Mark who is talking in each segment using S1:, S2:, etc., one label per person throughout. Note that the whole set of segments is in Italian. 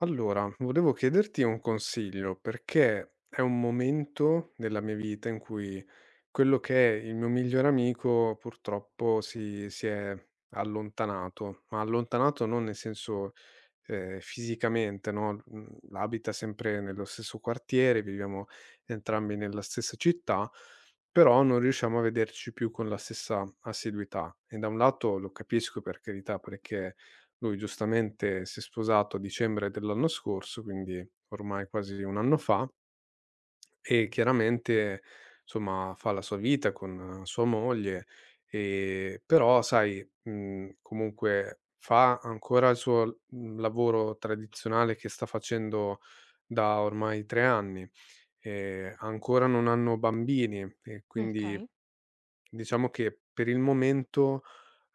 S1: Allora, volevo chiederti un consiglio perché è un momento della mia vita in cui quello che è il mio migliore amico purtroppo si è allontanato, ma allontanato non nel senso fisicamente, no? Abita sempre nello stesso quartiere, viviamo entrambi nella stessa città, però non riusciamo a vederci più con la stessa assiduità. E da un lato lo capisco, per carità, perché lui giustamente si è sposato a dicembre dell'anno scorso, quindi ormai quasi un anno fa, e chiaramente, somma, fa la sua vita con sua moglie, però sai, comunque fa ancora il suo lavoro tradizionale che sta facendo da ormai 3 anni, ancora non hanno bambini, e quindi
S2: Okay,
S1: diciamo che per il momento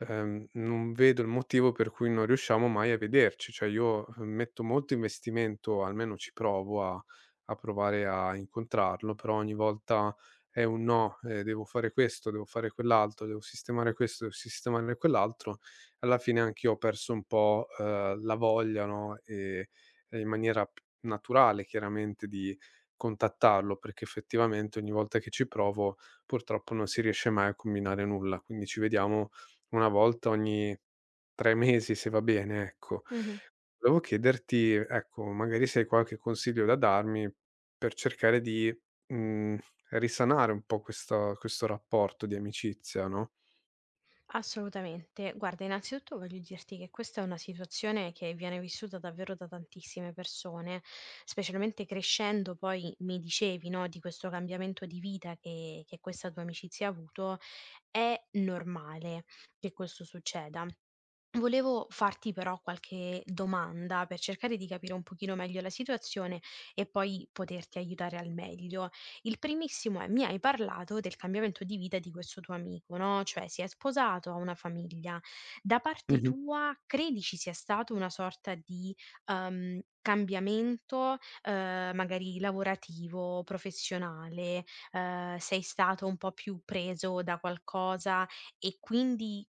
S1: non vedo il motivo per cui non riusciamo mai a vederci. Cioè io, metto molto investimento, almeno ci provo a provare a incontrarlo, però ogni volta è un no, devo fare questo, devo fare quell'altro, devo sistemare questo, devo sistemare quell'altro. Alla fine anch'io ho perso un po', la voglia, no, e in maniera p naturale chiaramente di contattarlo, perché effettivamente ogni volta che ci provo purtroppo non si riesce mai a combinare nulla. Quindi ci vediamo una volta ogni 3 mesi, se va bene, ecco.
S2: mh-mh.
S1: Volevo chiederti, ecco, magari se hai qualche consiglio da darmi per cercare di, mhmm, risanare un po' questa questo rapporto di amicizia, no?
S2: Assolutamente. Guarda, innanzitutto voglio dirti che questa è una situazione che viene vissuta davvero da tantissime persone, specialmente crescendo poi mi dicevi, no, di questo cambiamento di vita che questa tua amicizia ha avuto. È normale che questo succeda. Volevo farti però qualche domanda per cercare di capire un pochino meglio la situazione e poi poterti aiutare al meglio. Il primissimo è, mi hai parlato del cambiamento di vita di questo tuo amico, no? Cioè si è sposato, ha una famiglia. Da parte tua, credi ci sia stato una sorta di cambiamento, magari lavorativo, professionale? Sei stato un po' più preso da qualcosa e quindi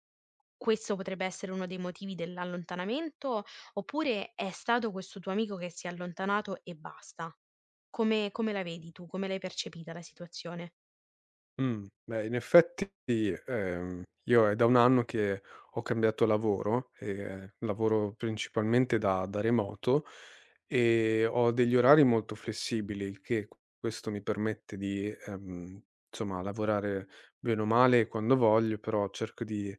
S2: questo potrebbe essere uno dei motivi dell'allontanamento, oppure è stato questo tuo amico che si è allontanato e basta? Come la vedi tu? Come l'hai percepita la situazione?
S1: Beh, in effetti, io è da un anno che ho cambiato lavoro, lavoro principalmente da remoto e ho degli orari molto flessibili, il che questo mi permette di, insomma, lavorare bene o male quando voglio, però cerco di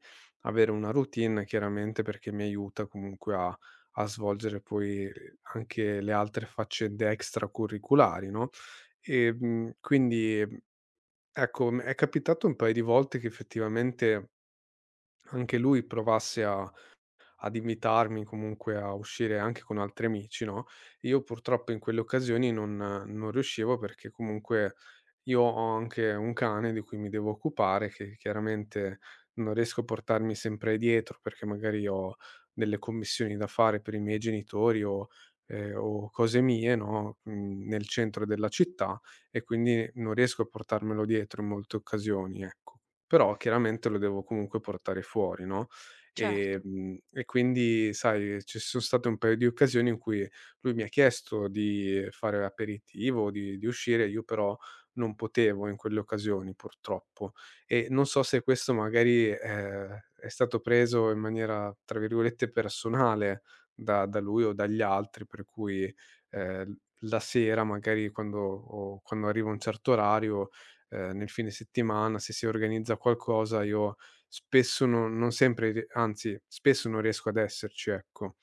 S1: avere una routine chiaramente perché mi aiuta comunque a svolgere poi anche le altre faccende extracurriculari, no, quindi ecco, m è capitato un paio di volte che effettivamente anche lui provasse a ad invitarmi, comunque a uscire anche con altri amici, no, io purtroppo in quelle occasioni non riuscivo, perché comunque, io ho anche un cane di cui mi devo occupare, che chiaramente non riesco a portarmi sempre dietro perché magari ho delle commissioni da fare per i miei genitori o cose mie, no, nel centro della città, e quindi non riesco a portarmelo dietro in molte occasioni, ecco. Però chiaramente lo devo comunque portare fuori, no,
S2: Certo.
S1: e quindi sai, ci son state un paio di occasioni in cui lui mi ha chiesto di fare aperitivo, di uscire, io però non potevo in quelle occasioni purtroppo. E non so se questo magari, è stato preso in maniera, tra virgolette, "personale" da lui o dagli altri, per cui, ehm, la sera magari quando o quando arriva un certo orario, nel fine settimana, se si organizza qualcosa io spesso non non sempre rie anzi, spesso non riesco ad esserci, ecco.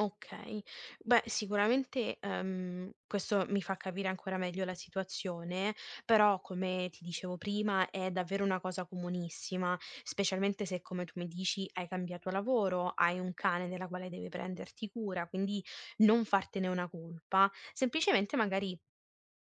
S2: Okay. Beh, sicuramente, questo mi fa capire ancora meglio la situazione, però come ti dicevo prima è davvero una cosa comunissima, specialmente se, come tu mi dici, hai cambiato lavoro, hai un cane della quale devi prenderti cura, quindi non fartene una colpa, semplicemente magari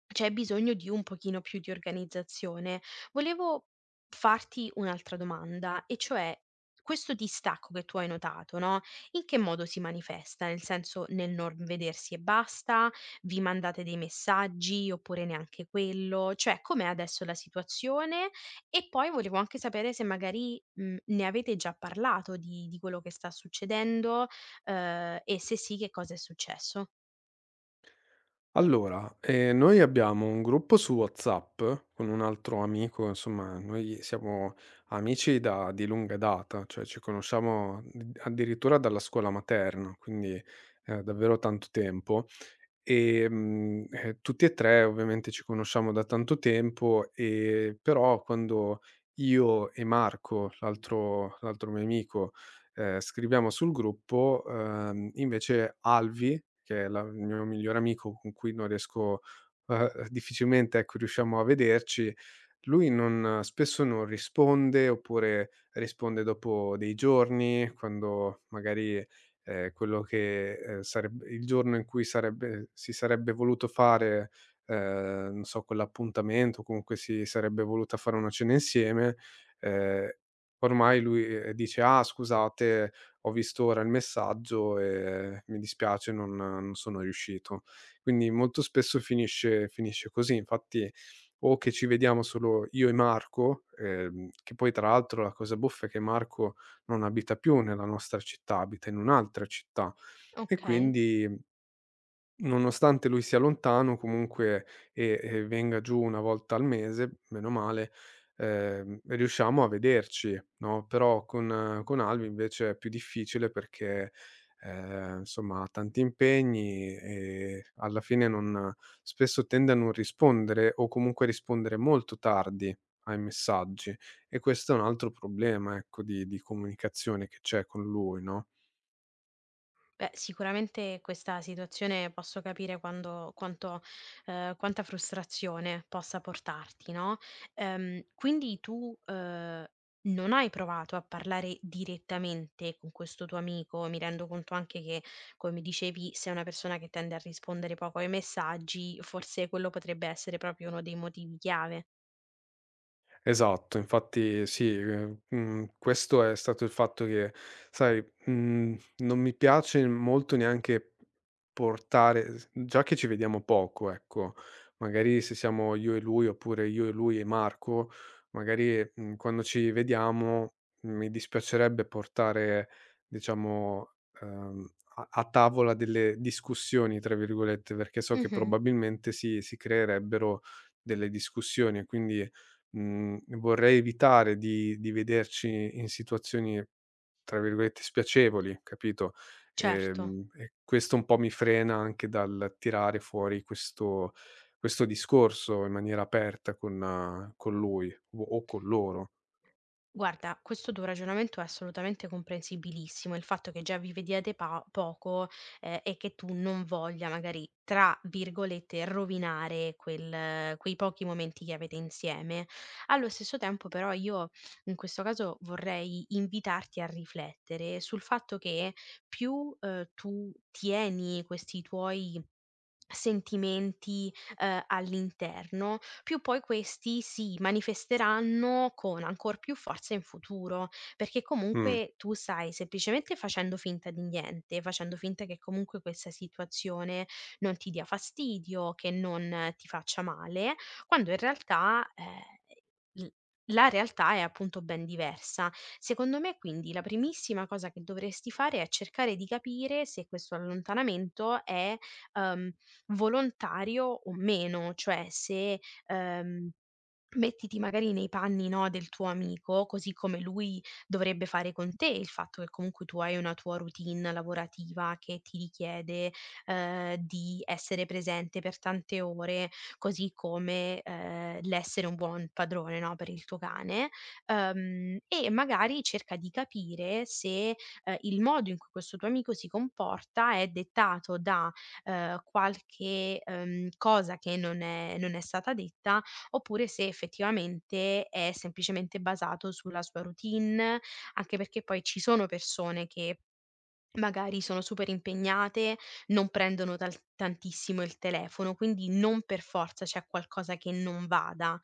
S2: c'è bisogno di un pochino più di organizzazione. Volevo farti un'altra domanda e cioè questo distacco che tu hai notato, no, in che modo si manifesta? Nel senso, nel non vedersi e basta? Vi mandate dei messaggi oppure neanche quello? Cioè, com'è adesso la situazione? E poi volevo anche sapere se magari, ne avete già parlato di quello che sta succedendo, e se sì che cosa è successo.
S1: Allora, noi abbiamo un gruppo su WhatsApp con un altro amico, insomma noi siamo amici da di lunga data, cioè ci conosciamo d addirittura dalla scuola materna, quindi, davvero tanto tempo. Tutti e 3 ovviamente ci conosciamo da tanto tempo, però quando io e Marco, l'altro mio amico, scriviamo sul gruppo, invece Alvi, che è la il mio migliore amico con cui non riesco difficilmente, ecco, riusciamo a vederci, lui non spesso non risponde, oppure risponde dopo dei giorni, quando magari quello che, sareb il giorno in cui sarebbe voluto fare, non so, quell'appuntamento, comunque si sarebbe voluta fare una cena insieme, ehm, ormai lui, dice: "Ah, scusate, ho visto ora il messaggio e mi dispiace, non sono riuscito." Quindi molto spesso finisce così. Infatti o che ci vediamo solo io e Marco, che poi tra l'altro la cosa buffa è che Marco non abita più nella nostra città, abita in un'altra città, e
S2: Okay.
S1: quindi nonostante lui sia lontano comunque e venga giù una volta al mese, meno male, riusciamo a vederci, no, però con Albi invece è più difficile perché, insomma ha tanti impegni, e alla fine non spesso tende a non rispondere o comunque a rispondere molto tardi ai messaggi, e questo è un altro problema, ecco, di comunicazione che c'è con lui, no?
S2: Beh, sicuramente questa situazione posso capire quando, quanto, quanta frustrazione possa portarti, no? Quindi tu non hai provato a parlare direttamente con questo tuo amico, mi rendo conto anche che, come dicevi, sei una persona che tende a rispondere poco ai messaggi, forse quello potrebbe essere proprio uno dei motivi chiave.
S1: Esatto, infatti sì, questo è stato il fatto che, sai, non mi piace molto neanche portare s già che ci vediamo poco, ecco, magari se siamo io e lui, oppure io e lui e Marco, magari, quando ci vediamo mi dispiacerebbe portare, diciamo, ehm, a a tavola delle "discussioni" tra virgolette, perché so che
S2: Mhm,
S1: probabilmente si creerebbero delle discussioni, e quindi vorrei evitare di vederci in situazioni, tra virgolette, "spiacevoli", capito,
S2: certo.
S1: e questo un po' mi frena anche dal tirare fuori questo discorso in maniera aperta con lui o con loro.
S2: Guarda, questo tuo ragionamento è assolutamente comprensibilissimo. Il fatto che già vi vediate poco, e che tu non voglia magari, tra virgolette, rovinare quei pochi momenti che avete insieme. Allo stesso tempo, però, io in questo caso vorrei invitarti a riflettere sul fatto che più, tu tieni questi tuoi sentimenti all'interno più poi questi si manifesteranno con ancor più forza in futuro, perché
S1: Mh,
S2: comunque tu stai semplicemente facendo finta di niente, facendo finta che comunque questa situazione non ti dia fastidio, che non ti faccia male, quando in realtà, l la realtà è appunto ben diversa. Secondo me quindi la primissima cosa che dovresti fare è cercare di capire se questo allontanamento è, uhm, volontario o meno, cioè se ehm, mettiti magari nei panni, no, del tuo amico, così come lui dovrebbe fare con te, il fatto che comunque tu hai una tua routine lavorativa che ti richiede, di essere presente per tante ore, così come, l'essere un buon padrone, no, per il tuo cane, e magari cerca di capire se, il modo in cui questo tuo amico si comporta è dettato da, qualche, cosa che non è stata detta oppure se effettivamente è semplicemente basato sulla sua routine, anche perché poi ci sono persone che magari sono super impegnate, non prendono tal tantissimo il telefono, quindi non per forza c'è qualcosa che non vada.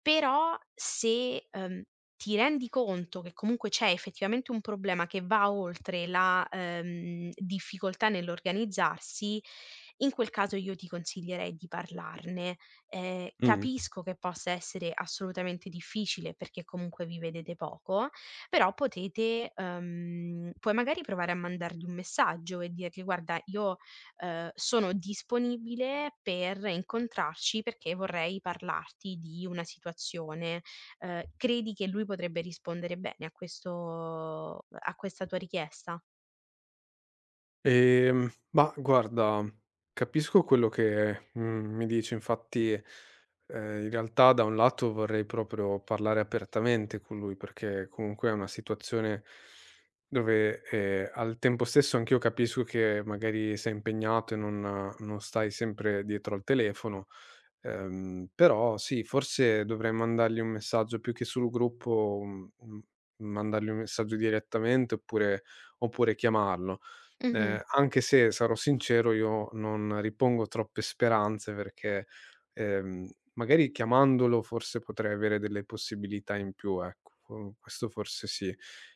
S2: Però se, ti rendi conto che comunque c'è effettivamente un problema che va oltre la, difficoltà nell'organizzarsi, in quel caso io ti consiglierei di parlarne.
S1: mh.
S2: Capisco che possa essere assolutamente difficile perché comunque vi vedete poco, però potete puoi magari provare a mandargli un messaggio e dirgli: "Guarda, io, sono disponibile per incontrarci perché vorrei parlarti di una situazione." Credi che lui potrebbe rispondere bene a questa tua richiesta?
S1: Ma guarda, capisco quello che, mi dici. Infatti, in realtà da un lato vorrei proprio parlare apertamente con lui, perché comunque è una situazione dove, al tempo stesso anch'io capisco che magari sei impegnato e non stai sempre dietro al telefono, però sì, forse dovrei mandargli un messaggio più che sul gruppo, mandargli un messaggio direttamente oppure chiamarlo.
S2: Mh-mh,
S1: Anche se, sarò sincero, io non ripongo troppe speranze perché, magari chiamandolo forse potrei avere delle possibilità in più, ecco. Qu Questo forse sì,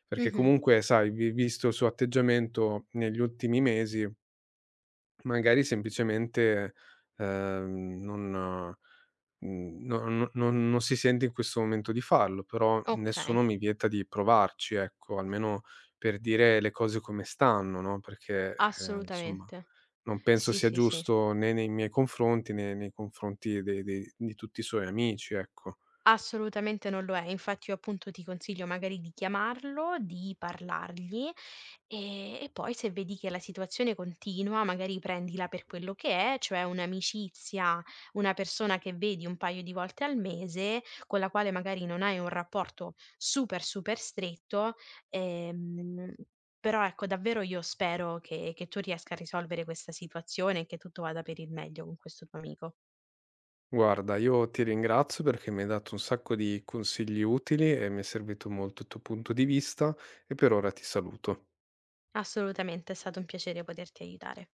S1: perché
S2: mh-mh.
S1: comunque sai, vi visto il suo atteggiamento negli ultimi mesi. Magari semplicemente, non no, no, non si sente in questo momento di farlo, però nessuno
S2: Okay,
S1: mi vieta di provarci, ecco, almeno per dire le cose come stanno, no, perché, insomma,
S2: assolutamente.
S1: non penso
S2: Sì,
S1: sia
S2: sì, sì.
S1: giusto né nei miei confronti, né nei confronti de de di tutti i suoi amici, ecco.
S2: Assolutamente non lo è. Infatti io appunto ti consiglio magari di chiamarlo, di parlargli e poi se vedi che la situazione continua, magari prendila per quello che è, cioè un'amicizia, una persona che vedi un paio di volte al mese, con la quale magari non hai un rapporto super super stretto. ehm, Però ecco, davvero io spero che tu riesca a risolvere questa situazione e che tutto vada per il meglio con questo tuo amico.
S1: Guarda, io ti ringrazio perché mi hai dato un sacco di consigli utili e mi è servito molto il tuo punto di vista, e per ora ti saluto.
S2: Assolutamente, è stato un piacere poterti aiutare.